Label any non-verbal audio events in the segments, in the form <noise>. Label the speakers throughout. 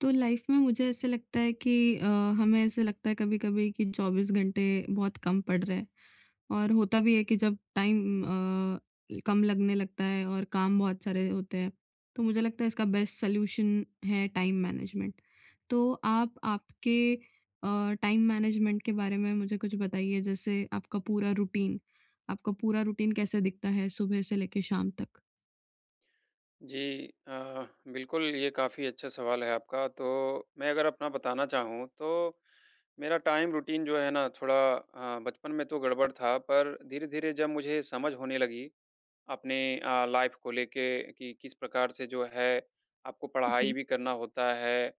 Speaker 1: तो लाइफ में मुझे ऐसे लगता है कि अ, हमें ऐसे लगता है कभी-कभी कि 24 घंटे बहुत कम पड़ रहे हैं और होता भी है कि जब टाइम अ, कम लगने लगता है और काम बहुत सारे होते हैं, तो मुझे लगता है इसका बेस्ट सॉल्यूशन है टाइम मैनेजमेंट। तो आप आपके टाइम मैनेजमेंट के बारे में मुझे कुछ बताइए, जैसे आपका पूरा रूटीन कैसे दिखता है सुबह से लेके शाम तक?
Speaker 2: जी। अ, बिल्कुल, ये काफ़ी अच्छा सवाल है आपका। तो मैं अगर अपना बताना चाहूँ, तो मेरा टाइम रूटीन जो है ना थोड़ा बचपन में तो गड़बड़ था, पर धीरे-धीरे जब मुझे समझ होने लगी अपने लाइफ़ को लेके कि किस प्रकार से जो है, आपको पढ़ाई
Speaker 1: जी,
Speaker 2: भी करना होता है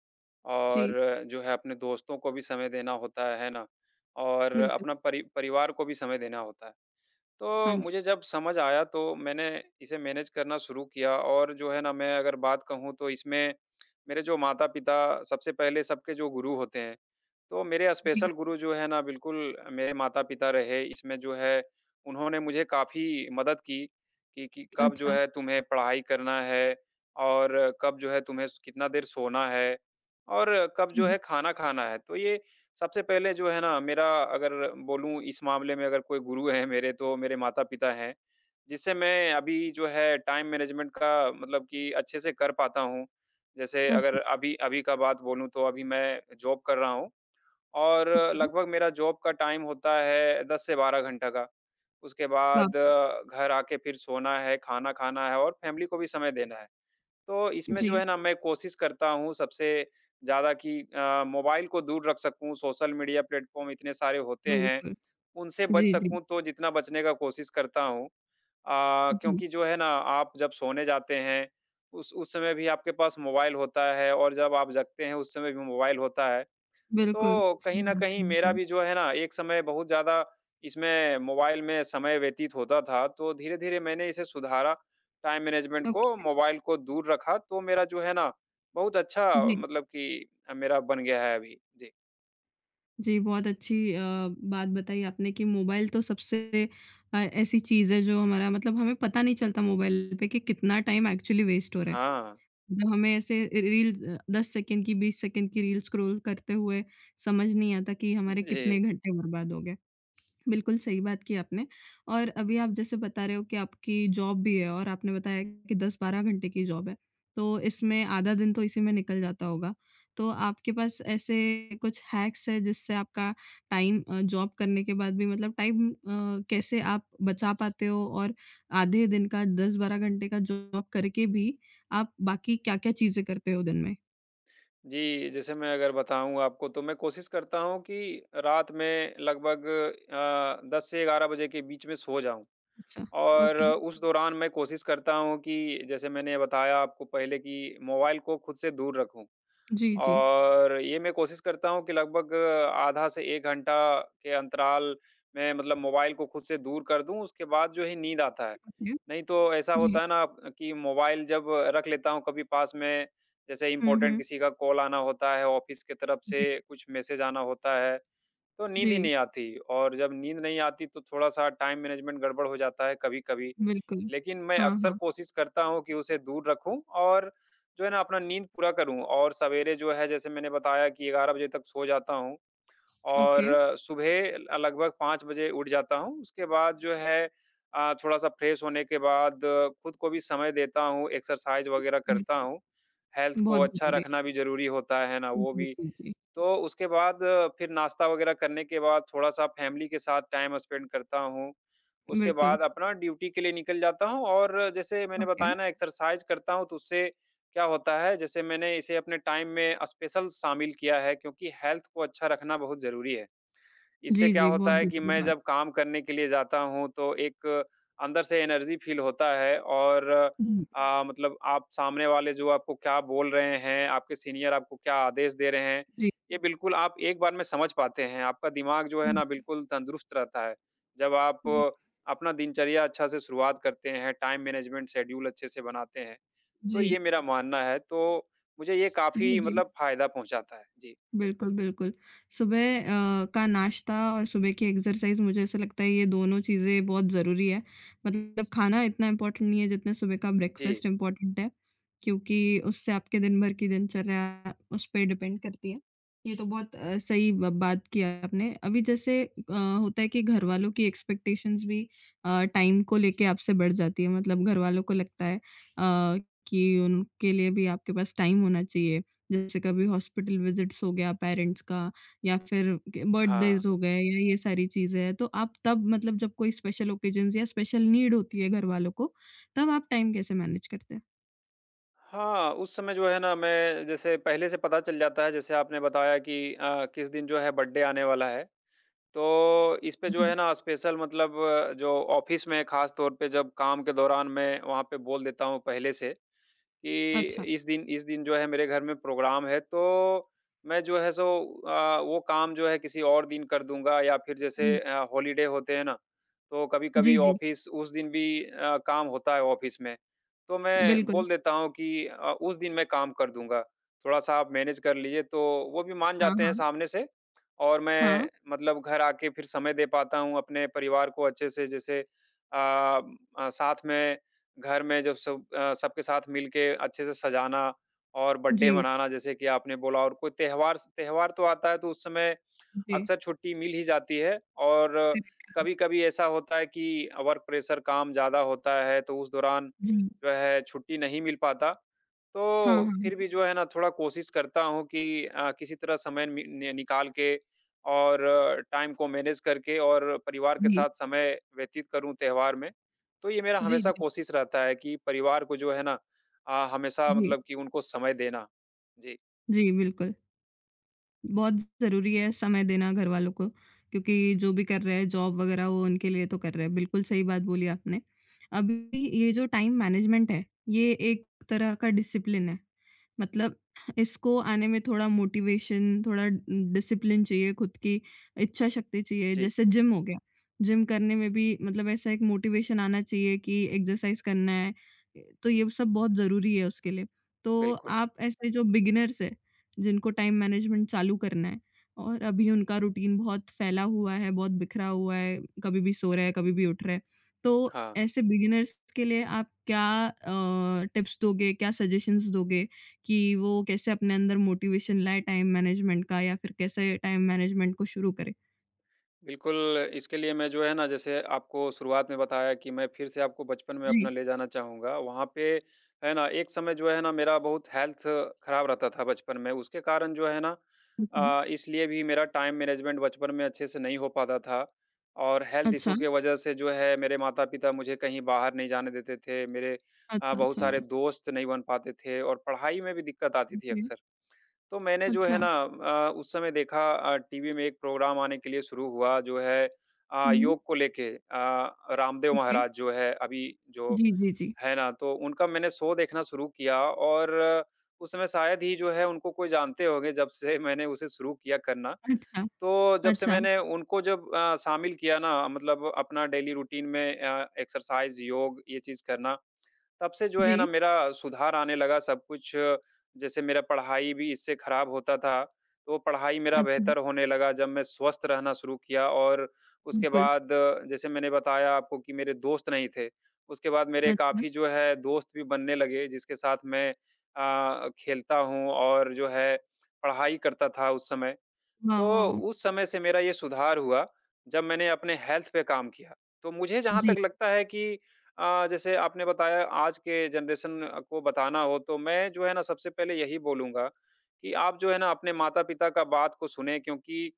Speaker 1: जी,
Speaker 2: और जो है अपने दोस्तों को भी समय देना होता है ना? और
Speaker 1: बिल्कुल।
Speaker 2: अपना परिवार को भी समय देना होता है।
Speaker 1: हाँ
Speaker 2: तो
Speaker 1: जी,
Speaker 2: मुझे जब समझ आया तो मैंने इसे मैनेज करना शुरू किया और जो है ना मैं अगर बात कहूँ तो इसमें मेरे जो माता-पिता सबसे पहले सबके जो गुरु होते हैं, तो मेरे
Speaker 1: जी,
Speaker 2: स्पेशल गुरु जो है ना बिल्कुल मेरे माता-पिता रहे। इसमें जो है उन्होंने मुझे काफ़ी मदद की कि कब जो
Speaker 1: अच्छा,
Speaker 2: है तुम्हें पढ़ाई करना है और कब जो है तुम्हें स कितना देर सोना है और कब जो है
Speaker 1: जी,
Speaker 2: खाना खाना है। तो ये सबसे पहले जो है ना मेरा अगर बोलूँ इस मामले में अगर कोई गुरु है मेरे तो मेरे माता-पिता हैं, जिससे मैं अभी जो है टाइम मैनेजमेंट का मतलब कि अच्छे से कर पाता हूँ। जैसे
Speaker 1: अच्छा।
Speaker 2: अगर अभी अभी का बात बोलूँ तो अभी मैं जॉब कर रहा हूँ और
Speaker 1: ओके,
Speaker 2: लगभग मेरा जॉब का टाइम होता है 10 से 12 घंटा का। उसके
Speaker 1: वाह!
Speaker 2: बाद घर आके फिर सोना है, खाना खाना है और फैमिली को भी समय देना है। तो इसमें जो
Speaker 1: जी,
Speaker 2: है ना मैं कोशिश करता हूँ सबसे ज़्यादा कि मोबाइल को दूर रख सकूँ, सोशल मीडिया प्लेटफ़ॉर्म इतने सारे होते हैं,
Speaker 1: बिल्कुल।
Speaker 2: उनसे बच
Speaker 1: जी, जी।
Speaker 2: सकूँ तो जितना बचने का कोशिश करता हूँ।
Speaker 1: जी,
Speaker 2: क्योंकि जो है ना आप जब सोने जाते हैं, उस समय भी आपके पास मोबाइल होता है और जब आप जगते हैं उस समय भी मोबाइल होता है।
Speaker 1: बिल्कुल,
Speaker 2: तो
Speaker 1: सही
Speaker 2: कहीं न
Speaker 1: बात
Speaker 2: कहीं
Speaker 1: कही
Speaker 2: मेरा
Speaker 1: आपने।
Speaker 2: भी जो है ना एक समय बहुत ज़्यादा इसमें मोबाइल में समय व्यतीत होता था, तो धीरे-धीरे मैंने इसे सुधारा, टाइम मैनेजमेंट को,
Speaker 1: ओके,
Speaker 2: मोबाइल को दूर रखा, तो मेरा जो है ना बहुत अच्छा
Speaker 1: जी।
Speaker 2: मतलब कि मेरा बन गया है अभी। जी।
Speaker 1: जी, बहुत अच्छी बात बताई आपने कि मोबाइल तो सबसे ऐसी चीज़ है जो हमारा मतलब हमें पता नहीं चलता मोबाइल पे कि कितना टाइम एक्चुअली वेस्ट हो रहा है।
Speaker 2: हाँ।
Speaker 1: जब हमें ऐसे री रील्स 10 सेकंड की, 20 सेकंड की रील स्क्रॉल करते हुए समझ नहीं आता कि हमारे कितने
Speaker 2: जी।
Speaker 1: घंटे बर्बाद हो गए। बिल्कुल सही बात की आपने और अभी आप जैसे बता रहे हो कि आपकी जॉब भी है और आपने बताया कि 10-12 घंटे की जॉब है, तो इसमें आधा दिन तो इसी में निकल जाता होगा। तो आपके पास ऐसे कुछ हैक्स हैं जिससे आपका टाइम जॉब करने के बाद भी मतलब टाइम कैसे आप बचा पाते हो और आधे दिन का 10-12 घंटे का जॉब करके भी आप बाकी क्या-क्या चीज़ें करते हो दिन में?
Speaker 2: जी, जैसे मैं अगर बताऊँ आपको तो मैं कोशिश करता हूँ कि रात में लगभग 10 से 11 बजे के बीच में सो जाऊँ।
Speaker 1: अच्छा,
Speaker 2: और
Speaker 1: ओके।
Speaker 2: उस दौरान मैं कोशिश करता हूँ कि जैसे मैंने बताया आपको पहले कि मोबाइल को खुद से दूर रखूँ।
Speaker 1: जी, जी।
Speaker 2: और ये मैं कोशिश करता हूँ कि लगभग आधा से 1 घंटा के अंतराल में मतलब मोबाइल को खुद से दूर कर दूँ, उसके बाद जो है नींद आता है।
Speaker 1: ओके।
Speaker 2: नहीं तो ऐसा
Speaker 1: जी।
Speaker 2: होता है ना कि मोबाइल जब रख लेता हूँ कभी पास में, जैसे
Speaker 1: हुँ,
Speaker 2: इम्पोर्टेंट
Speaker 1: हुँ।
Speaker 2: किसी का कॉल आना होता है, ऑफ़िस की तरफ
Speaker 1: जी,
Speaker 2: से कुछ मैसेज आना होता है, तो नींद ही
Speaker 1: जी,
Speaker 2: नहीं आती और जब नींद नहीं आती तो थोड़ा-सा टाइम मैनेजमेंट गड़बड़ हो जाता है कभी-कभी।
Speaker 1: बिल्कुल।
Speaker 2: लेकिन मैं
Speaker 1: हाँ,
Speaker 2: अक्सर
Speaker 1: हाँ।
Speaker 2: कोशिश करता हूँ कि उसे दूर रखूँ और जो है ना अपना नींद पूरा करूँ और सवेरे जो है जैसे मैंने बताया कि 11 बजे तक सो जाता हूँ
Speaker 1: ओके,
Speaker 2: और सुबह ल लगभग 5 बजे उठ जाता हूँ। उसके बाद जो है थोड़ा-सा फ्रेश होने के बाद खुद को भी समय देता हूँ, एक्सरसाइज़ वग़ैरह करता
Speaker 1: बिल्कुल,
Speaker 2: हूँ। हेल्थ को
Speaker 1: बहुत
Speaker 2: अच्छा
Speaker 1: ज़रूरी।
Speaker 2: रखना भी ज़रूरी होता है ना, वो
Speaker 1: जी,
Speaker 2: भी।
Speaker 1: जी, जी,
Speaker 2: तो उसके बाद फिर नाश्ता वगैरह करने के बाद थोड़ा-सा फैमिली के साथ टाइम स्पेंड करता हूँ। उसके
Speaker 1: बिल्कुल,
Speaker 2: बाद हुँ। अपना ड्यूटी के लिए निकल जाता हूँ और जैसे मैंने
Speaker 1: ओके।
Speaker 2: बताया ना एक्सरसाइज करता हूँ तो उससे क्या होता है जैसे मैंने इसे अपने टाइम में स्पेशल शामिल किया है क्योंकि हेल्थ को अच्छा रखना बहुत ज़रूरी है। इससे
Speaker 1: जी,
Speaker 2: क्या
Speaker 1: जी, बहुत
Speaker 2: होता है कि
Speaker 1: ज़रूरी
Speaker 2: मैं
Speaker 1: बात।
Speaker 2: जब काम करने के लिए जाता हूँ तो एक अंदर से एनर्जी फील होता है और
Speaker 1: हुँ,
Speaker 2: मतलब आप सामने वाले जो आपको क्या बोल रहे हैं आपके सीनियर आपको क्या आदेश दे रहे हैं
Speaker 1: जी,
Speaker 2: ये बिल्कुल आप एक बार में समझ पाते हैं। आपका दिमाग जो है
Speaker 1: हुँ,
Speaker 2: ना बिल्कुल तंदुरुस्त रहता है जब आप
Speaker 1: हुँ,
Speaker 2: अपना दिनचर्या अच्छा से शुरुआत करते हैं, टाइम मैनेजमेंट शेड्यूल अच्छे से बनाते हैं। तो
Speaker 1: जी,
Speaker 2: ये मेरा मानना है। तो मुझे ये
Speaker 1: जी,
Speaker 2: काफी
Speaker 1: जी।
Speaker 2: मतलब फायदा पहुंचाता है। जी।
Speaker 1: बिल्कुल, बिल्कुल। सुबह का नाश्ता और सुबह की एक्सरसाइज़ मुझे ऐसा लगता है ये दोनों चीज़ें बहुत ज़रूरी है। मतलब खाना इतना इम्पोर्टेंट नहीं है जितना सुबह का
Speaker 2: जी।
Speaker 1: ब्रेकफ़ास्ट इम्पोर्टेंट है, क्योंकि उससे आपके दिन भर की दिनचर्या उस पे डिपेंड करती है। ये तो बहुत सही ब बात की आपने। अभी जैसे होता है कि घरवालों की एक्सपेक्टेशंस भी टाइम को लेके आपसे बढ़ जाती है। मतलब घरवालों को लगता है अ, कि उनके लिए भी आपके पास टाइम होना चाहिए। जैसे कभी हॉस्पिटल विज़िट्स हो गया पेरेंट्स का या फिर क
Speaker 2: हाँ।
Speaker 1: बर्थडेज़ हो गए या ये सारी चीज़ें हैं। तो आप तब मतलब जब कोई स्पेशल ओकेजन्स या स्पेशल नीड होती है घरवालों को, तब आप टाइम कैसे मैनेज करते हैं?
Speaker 2: हाँ, उस समय जो है ना मैं, जैसे पहले से पता चल जाता है जैसे आपने बताया कि किस दिन जो है बर्थडे आने वाला है। तो इस पे जो
Speaker 1: जी।
Speaker 2: है ना स्पेशल मतलब जो ऑफ़िस में ख़ास तौर पे जब काम के दौरान मैं वहाँ पे बोल देता हूँ पहले से,
Speaker 1: अच्छा।
Speaker 2: कि इस दिन जो है मेरे घर में प्रोग्राम है, तो मैं जो है सो वो काम जो है किसी और दिन कर दूँगा, या फिर
Speaker 1: हुँ।
Speaker 2: जैसे हॉलिडे होते हैं ना, तो
Speaker 1: जी,
Speaker 2: कभी-कभी
Speaker 1: जी।
Speaker 2: ऑफ़िस उस दिन भी काम होता है ऑफ़िस में, तो मैं
Speaker 1: बिल्कुल।
Speaker 2: बोल देता हूँ कि उस दिन मैं काम कर दूँगा, थोड़ा-सा आप मैनेज कर लीजिए, तो वो भी मान
Speaker 1: हाँ,
Speaker 2: जाते हैं
Speaker 1: हाँ।
Speaker 2: सामने से। और
Speaker 1: हाँ।
Speaker 2: मैं मतलब घर आके फिर समय दे पाता हूँ अपने परिवार को अच्छे से, जैसे साथ में घर में जब सब सबके साथ मिलके अच्छे से सजाना और बर्थडे
Speaker 1: जी,
Speaker 2: मनाना जैसे कि आपने बोला। और कोई त्योहार त्योहार तो आता है, तो उस समय
Speaker 1: जी।
Speaker 2: अक्सर छुट्टी मिल ही जाती है। और
Speaker 1: करेक्ट, करेक्ट।
Speaker 2: कभी-कभी ऐसा होता है कि वर्क प्रेशर काम ज़्यादा होता है, तो उस दौरान
Speaker 1: जी।
Speaker 2: जो है छुट्टी नहीं मिल पाता।
Speaker 1: हाँ, हाँ,
Speaker 2: तो
Speaker 1: हाँ।
Speaker 2: फिर भी जो है ना थोड़ा कोशिश करता हूँ कि किसी तरह समय नि नि निकाल के और टाइम को मैनेज करके और परिवार के
Speaker 1: जी।
Speaker 2: साथ समय व्यतीत करूँ त्योहार में। तो ये मेरा
Speaker 1: जी,
Speaker 2: हमेशा
Speaker 1: जी।
Speaker 2: कोशिश रहता है कि परिवार को जो है ना हमेशा
Speaker 1: जी,
Speaker 2: मतलब कि उनको समय देना। जी,
Speaker 1: जी बिल्कुल। बहुत ज़रूरी है समय देना घर वालों को, क्योंकि जो भी कर रहे हैं जॉब वग़ैरह वो उनके लिए तो कर रहे हैं। बिल्कुल सही बात बोली आपने। अभी ये जो टाइम मैनेजमेंट है, ये एक तरह का डिसिप्लिन है। मतलब इसको आने में थोड़ा मोटिवेशन, थोड़ा डिसिप्लिन चाहिए, खुद की इच्छा शक्ति चाहिए।
Speaker 2: जी,
Speaker 1: जैसे जिम हो गया, जिम करने में भी मतलब ऐसा एक मोटिवेशन आना चाहिए कि एक्सरसाइज़ करना है, तो ये सब बहुत ज़रूरी है उसके लिए। तो
Speaker 2: बिल्कुल।
Speaker 1: आप ऐसे जो बिगिनर्स हैं जिनको टाइम मैनेजमेंट चालू करना है और अभी उनका रूटीन बहुत फैला हुआ है, बहुत बिखरा हुआ है, कभी भी सो रहे हैं, कभी भी उठ रहे हैं। तो
Speaker 2: हाँ।
Speaker 1: ऐसे बिगिनर्स के लिए आप क्या टिप्स दोगे, क्या सजेशंस दोगे कि वो कैसे अपने अंदर मोटिवेशन लाएँ टाइम मैनेजमेंट का या फिर कैसे टाइम मैनेजमेंट को शुरू करें?
Speaker 2: बिल्कुल, इसके लिए मैं जो है ना, जैसे आपको शुरुआत में बताया कि मैं फिर से आपको बचपन में अपना
Speaker 1: जी,
Speaker 2: ले जाना चाहूँगा। वहाँ पे है ना एक समय जो है ना मेरा बहुत हेल्थ खराब रहता था बचपन में। उसके कारण जो है ना
Speaker 1: ओके।
Speaker 2: इसलिए भी मेरा टाइम मैनेजमेंट बचपन में अच्छे से नहीं हो पाता था और हेल्थ
Speaker 1: अच्छा,
Speaker 2: इश्यू के वजह से जो है मेरे माता-पिता मुझे कहीं बाहर नहीं जाने देते थे। मेरे
Speaker 1: अच्छा,
Speaker 2: बहुत
Speaker 1: अच्छा,
Speaker 2: सारे दोस्त नहीं बन पाते थे और पढ़ाई में भी दिक्कत आती थी
Speaker 1: ओके,
Speaker 2: अक्सर। तो मैंने जो
Speaker 1: अच्छा।
Speaker 2: है ना उस समय देखा टीवी में एक प्रोग्राम आने के लिए शुरू हुआ जो है
Speaker 1: हुँ,
Speaker 2: योग को लेके रामदेव
Speaker 1: ओके।
Speaker 2: महाराज जो है अभी, जो
Speaker 1: जी, जी, जी।
Speaker 2: है ना, तो उनका मैंने शो देखना शुरू किया। और उस समय शायद ही जो है उनको कोई जानते होंगे जब से <laughs> मैंने उसे शुरू किया करना।
Speaker 1: अच्छा,
Speaker 2: तो जब से
Speaker 1: अच्छा,
Speaker 2: मैंने उनको जब शामिल किया ना मतलब अपना डेली रूटीन में एक्सरसाइज योग ये चीज़ करना, तब से जो
Speaker 1: जी,
Speaker 2: है ना मेरा सुधार आने लगा सब कुछ। जैसे मेरा पढ़ाई भी इससे खराब होता था, तो वो पढ़ाई मेरा
Speaker 1: अच्छा,
Speaker 2: बेहतर होने लगा जब मैं स्वस्थ रहना शुरू किया। और उसके
Speaker 1: बिल्कुल,
Speaker 2: बाद जैसे मैंने बताया आपको कि मेरे दोस्त नहीं थे, उसके बाद मेरे
Speaker 1: अच्छा,
Speaker 2: काफ़ी जो है दोस्त भी बनने लगे जिसके साथ मैं खेलता हूँ और जो है पढ़ाई करता था उस समय।
Speaker 1: वाह,
Speaker 2: तो
Speaker 1: वाह!
Speaker 2: उस समय से मेरा ये सुधार हुआ, जब मैंने अपने हेल्थ पे काम किया। तो मुझे जहाँ
Speaker 1: जी।
Speaker 2: तक लगता है कि जैसे आपने बताया आज के जनरेशन को बताना हो तो मैं जो है ना सबसे पहले यही बोलूँगा कि आप जो है ना अपने माता-पिता का बात को सुनें, क्योंकि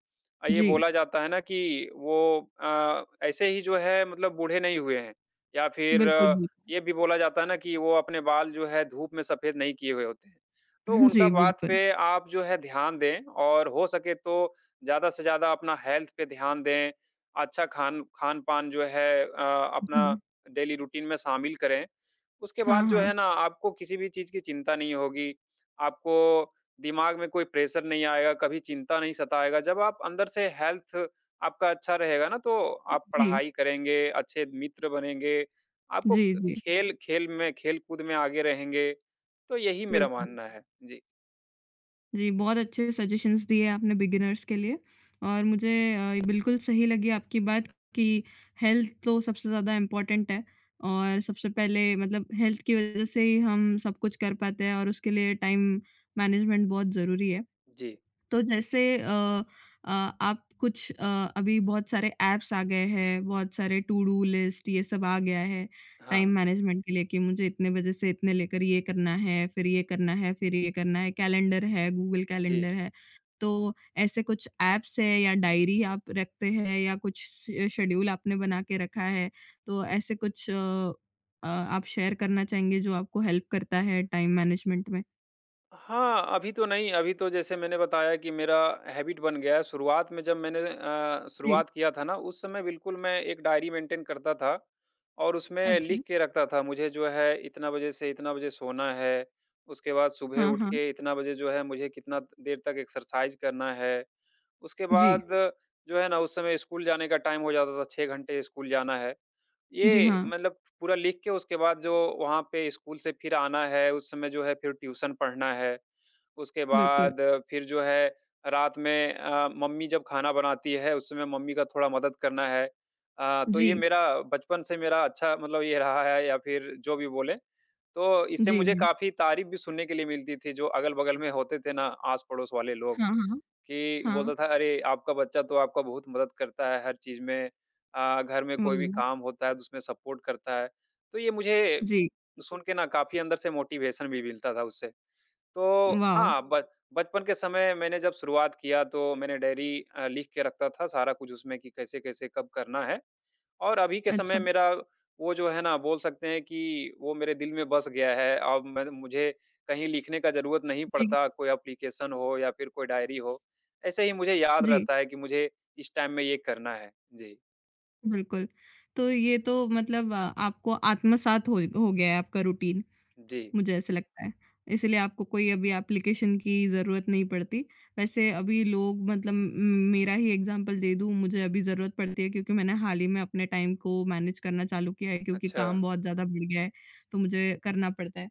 Speaker 2: ये
Speaker 1: जी,
Speaker 2: बोला जाता है ना कि वो ऐसे ही जो है मतलब बूढ़े नहीं हुए हैं, या फिर
Speaker 1: बिल्कुल, बिल्कुल।
Speaker 2: ये भी बोला जाता है ना कि वो अपने बाल जो है धूप में सफ़ेद नहीं किए हुए होते हैं। तो
Speaker 1: <laughs> जी,
Speaker 2: उनका बात
Speaker 1: बिल्कुल।
Speaker 2: पे आप जो है ध्यान दें, और हो सके तो ज़्यादा से ज़्यादा अपना हेल्थ पे ध्यान दें। अच्छा खान-पान जो है अपना
Speaker 1: जी।
Speaker 2: डेली रूटीन में शामिल करें। उसके
Speaker 1: हाँ,
Speaker 2: बाद जो
Speaker 1: हाँ।
Speaker 2: है ना आपको किसी भी चीज़ की चिंता नहीं होगी, आपको दिमाग में कोई प्रेशर नहीं आएगा, कभी चिंता नहीं सताएगा। जब आप अंदर से हेल्थ आपका अच्छा रहेगा ना, तो आप
Speaker 1: जी,
Speaker 2: पढ़ाई करेंगे, अच्छे मित्र बनेंगे, आपको
Speaker 1: जी, जी,
Speaker 2: खेल खेल में खेल-कूद में आगे रहेंगे। तो यही मेरा
Speaker 1: बिल्कुल।
Speaker 2: मानना है। जी।
Speaker 1: जी, बहुत अच्छे सजेशंस दिए आपने बिगिनर्स के लिए और मुझे बिल्कुल सही लगी आपकी बात कि हेल्थ तो सबसे ज़्यादा इम्पोर्टेंट है और सबसे पहले मतलब हेल्थ की वज़ह से ही हम सब कुछ कर पाते हैं और उसके लिए टाइम मैनेजमेंट बहुत ज़रूरी है।
Speaker 2: जी,
Speaker 1: तो जैसे अ, आप कुछ अभी बहुत सारे ऐप्स आ गए हैं, बहुत सारे टू डू लिस्ट ये सब आ गया है, टाइम
Speaker 2: हाँ,
Speaker 1: मैनेजमेंट के लिए कि मुझे इतने बजे से इतने लेकर ये करना है, फिर ये करना है, फिर ये करना है, कैलेंडर है, गूगल
Speaker 2: जी।
Speaker 1: कैलेंडर है। तो ऐसे कुछ ऐप्स है या डायरी आप रखते हैं या कुछ श शेड्यूल आपने बना के रखा है, तो ऐसे कुछ आप शेयर करना चाहेंगे जो आपको हेल्प करता है टाइम मैनेजमेंट में?
Speaker 2: हाँ, अभी तो नहीं, अभी तो जैसे मैंने बताया कि मेरा हैबिट बन गया है। शुरुआत में जब मैंने
Speaker 1: जी।
Speaker 2: शुरुआत किया था ना, उस समय बिल्कुल मैं एक डायरी मेंटेन करता था और उसमें
Speaker 1: अच्छा।
Speaker 2: लिख के रखता था, मुझे जो है इतना बजे से इतना बजे सोना है, उसके बाद सुबह
Speaker 1: हाँ,
Speaker 2: उठ
Speaker 1: हाँ।
Speaker 2: के इतना बजे जो है मुझे कितना देर तक एक्सरसाइज करना है। उसके
Speaker 1: जी।
Speaker 2: बाद जो है ना, उस समय स्कूल जाने का टाइम हो जाता था, 6 घंटे स्कूल जाना है।
Speaker 1: जी,
Speaker 2: ये
Speaker 1: हाँ।
Speaker 2: मतलब पूरा लिख के उसके बाद जो वहाँ पे स्कूल से फिर आना है, उस समय जो है फिर ट्यूशन पढ़ना है। उसके
Speaker 1: बिल्कुल।
Speaker 2: बाद फिर जो है रात में मम्मी जब खाना बनाती है, उस समय मम्मी का थोड़ा मदद करना है। तो ये
Speaker 1: जी,
Speaker 2: मेरा बचपन से मेरा अच्छा मतलब ये रहा है, या फिर जो भी बोलें। तो इससे
Speaker 1: जी,
Speaker 2: मुझे
Speaker 1: जी।
Speaker 2: काफ़ी तारीफ़ भी सुनने के लिए मिलती थी, जो अगल-बगल में होते थे ना, आस-पड़ोस वाले लोग।
Speaker 1: हाँ, हाँ,
Speaker 2: कि
Speaker 1: हाँ।
Speaker 2: बोलता था, "अरे! आपका बच्चा तो आपका बहुत मदद करता है हर चीज़ में। घर में कोई भी
Speaker 1: वाह!
Speaker 2: काम होता है तो उसमें सपोर्ट करता है।" तो ये मुझे
Speaker 1: जी,
Speaker 2: सुन के ना काफ़ी अंदर से मोटिवेशन भी मिलता था उससे। तो
Speaker 1: वाओ!
Speaker 2: हाँ, ब बचपन के समय मैंने जब शुरुआत किया तो मैंने डायरी लिख के रखता था सारा कुछ उसमें कि कैसे-कैसे कब करना है। और अभी के
Speaker 1: अच्छा,
Speaker 2: समय मेरा वो जो है ना बोल सकते हैं कि वो मेरे दिल में बस गया है। अब मैं, मुझे कहीं लिखने का ज़रूरत नहीं
Speaker 1: जी,
Speaker 2: पड़ता, कोई एप्लीकेशन हो या फिर कोई डायरी हो। ऐसे ही मुझे याद
Speaker 1: जी,
Speaker 2: रहता है कि मुझे इस टाइम में ये करना है। जी,
Speaker 1: बिल्कुल। तो ये तो मतलब आपको आत्मसात हो गया है आपका रूटीन।
Speaker 2: जी।
Speaker 1: मुझे ऐसा लगता है। इसलिए आपको कोई अभी एप्लीकेशन की ज़रूरत नहीं पड़ती। वैसे अभी लोग मतलब म मेरा ही एग्ज़ाम्पल दे दूँ, मुझे अभी ज़रूरत पड़ती है क्योंकि मैंने हाल ही में अपने टाइम को मैनेज करना चालू किया है क्योंकि
Speaker 2: अच्छा।
Speaker 1: काम बहुत ज़्यादा बढ़ गया है, तो मुझे करना पड़ता है।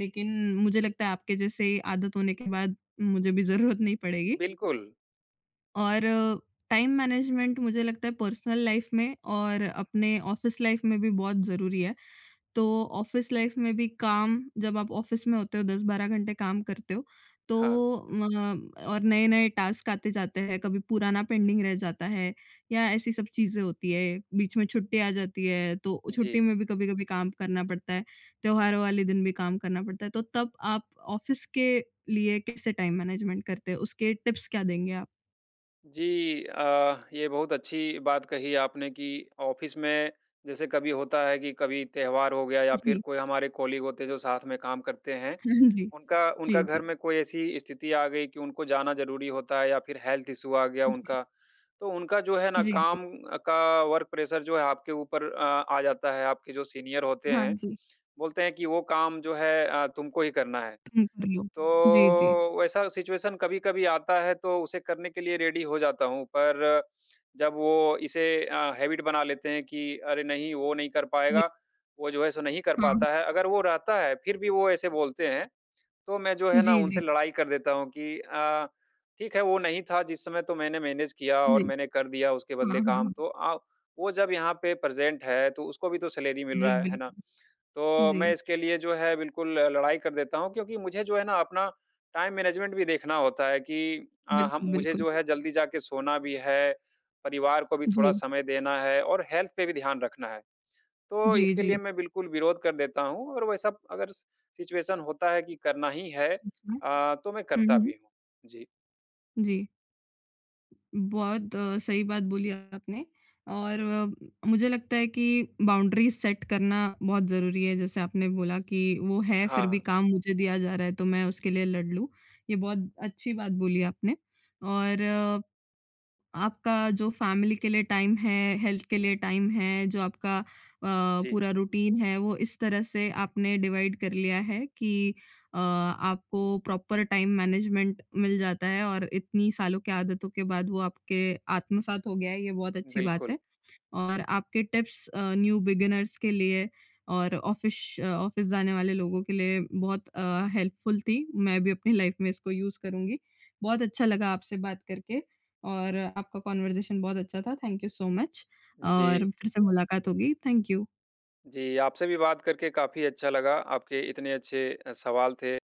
Speaker 1: लेकिन मुझे लगता है आपके जैसे आदत होने के बाद मुझे भी ज़रूरत नहीं पड़ेगी
Speaker 2: बिल्कुल।
Speaker 1: और टाइम मैनेजमेंट मुझे लगता है पर्सनल लाइफ़ में और अपने ऑफ़िस लाइफ़ में भी बहुत ज़रूरी है। तो ऑफ़िस लाइफ़ में भी काम जब आप ऑफ़िस में होते हो 10-12 घंटे काम करते हो तो
Speaker 2: हाँ,
Speaker 1: और नए-नए टास्क आते जाते हैं, कभी पुराना पेंडिंग रह जाता है या ऐसी सब चीज़ें होती है। बीच में छुट्टी आ जाती है तो छुट्टी
Speaker 2: जी।
Speaker 1: में भी कभी-कभी काम करना पड़ता है, त्योहारों वाले दिन भी काम करना पड़ता है। तो तब आप ऑफ़िस के लिए कैसे टाइम मैनेजमेंट करते हैं? उसके टिप्स क्या देंगे आप?
Speaker 2: जी, ये बहुत अच्छी बात कही आपने कि ऑफ़िस में जैसे कभी होता है कि कभी त्योहार हो गया या फिर
Speaker 1: जी।
Speaker 2: कोई हमारे कॉलीग होते हैं जो साथ में काम करते हैं,
Speaker 1: <laughs> हाँ जी।
Speaker 2: उनका
Speaker 1: जी,
Speaker 2: उनका
Speaker 1: जी।
Speaker 2: घर में कोई ऐसी स्थिति आ गई कि उनको जाना ज़रूरी होता है या फिर हेल्थ इश्यू आ गया
Speaker 1: जी।
Speaker 2: उनका, तो उनका जो है ना
Speaker 1: जी, जी।
Speaker 2: काम का वर्क प्रेशर जो है आपके ऊपर आ जाता है, आपके जो सीनियर होते
Speaker 1: हाँ
Speaker 2: हैं,
Speaker 1: जी,
Speaker 2: बोलते हैं कि वो काम जो है तुमको ही करना है।
Speaker 1: तुम कर लो।
Speaker 2: तो
Speaker 1: जी, जी।
Speaker 2: वैसा सिचुएशन कभी-कभी आता है तो उसे करने के लिए रेडी हो जाता हूँ, पर जब वो इसे हैबिट बना लेते हैं कि अरे नहीं वो नहीं कर
Speaker 1: जी।
Speaker 2: पाएगा, वो जो है सो नहीं कर
Speaker 1: हाँ,
Speaker 2: पाता
Speaker 1: हाँ।
Speaker 2: है। अगर वो रहता है फिर भी वो ऐसे बोलते हैं, तो मैं जो है ना
Speaker 1: जी,
Speaker 2: उनसे
Speaker 1: जी।
Speaker 2: लड़ाई कर देता हूँ कि ठीक है, वो नहीं था जिस समय तो मैंने मैनेज किया
Speaker 1: जी।
Speaker 2: और मैंने कर दिया उसके
Speaker 1: हाँ,
Speaker 2: बदले
Speaker 1: हाँ,
Speaker 2: काम,
Speaker 1: हाँ।
Speaker 2: तो वो जब यहाँ पे प्रेज़ेंट है तो उसको भी तो सैलरी मिल रहा
Speaker 1: जी,
Speaker 2: है ना?
Speaker 1: बिल्कुल।
Speaker 2: तो
Speaker 1: जी।
Speaker 2: मैं इसके लिए जो है बिल्कुल लड़ाई कर देता हूँ, क्योंकि मुझे जो है ना अपना टाइम मैनेजमेंट भी देखना होता है कि हम,
Speaker 1: बिल्कुल,
Speaker 2: मुझे
Speaker 1: बिल्कुल।
Speaker 2: जो है जल्दी जाके सोना भी है, परिवार को भी थोड़ा
Speaker 1: जी।
Speaker 2: समय देना है और हेल्थ पे भी ध्यान रखना है। तो
Speaker 1: जी,
Speaker 2: इसके लिए
Speaker 1: जी।
Speaker 2: मैं बिल्कुल विरोध कर देता हूँ। और वैसा अगर स सिचुएशन होता है कि करना ही है,
Speaker 1: अच्छा।
Speaker 2: तो मैं
Speaker 1: हुँ,
Speaker 2: करता
Speaker 1: हुँ।
Speaker 2: भी हूँ। जी।
Speaker 1: जी। बहुत सही बात बोली आपने और मुझे लगता है कि बाउंड्रीज़ सेट करना बहुत ज़रूरी है। जैसे आपने बोला कि वो है फिर भी
Speaker 2: हाँ,
Speaker 1: काम मुझे दिया जा रहा है तो मैं उसके लिए लड़ लूँ। ये बहुत अच्छी बात बोली आपने और आपका जो फैमिली के लिए टाइम है, हेल्थ के लिए टाइम है, जो आपका अ,
Speaker 2: जी।
Speaker 1: पूरा रूटीन है, वो इस तरह से आपने डिवाइड कर लिया है कि आपको प्रॉपर टाइम मैनेजमेंट मिल जाता है और इतनी सालों की आदतों के बाद वो आपके आत्मसात हो गया है, ये बहुत अच्छी बात
Speaker 2: बिल्कुल।
Speaker 1: है। और आपके टिप्स न्यू बिगिनर्स के लिए और ऑफ़िश ऑफ़िस जाने वाले लोगों के लिए बहुत हेल्पफुल थी। मैं भी अपनी लाइफ़ में इसको यूज़ करूँगी। बहुत अच्छा लगा आपसे बात करके और आपका कन्वर्सेशन बहुत अच्छा था। थैंक यू सो मच
Speaker 2: जी।
Speaker 1: और फिर से मुलाकात होगी। Thank you.
Speaker 2: जी, आपसे भी बात करके काफ़ी अच्छा लगा। आपके इतने अच्छे सवाल थे।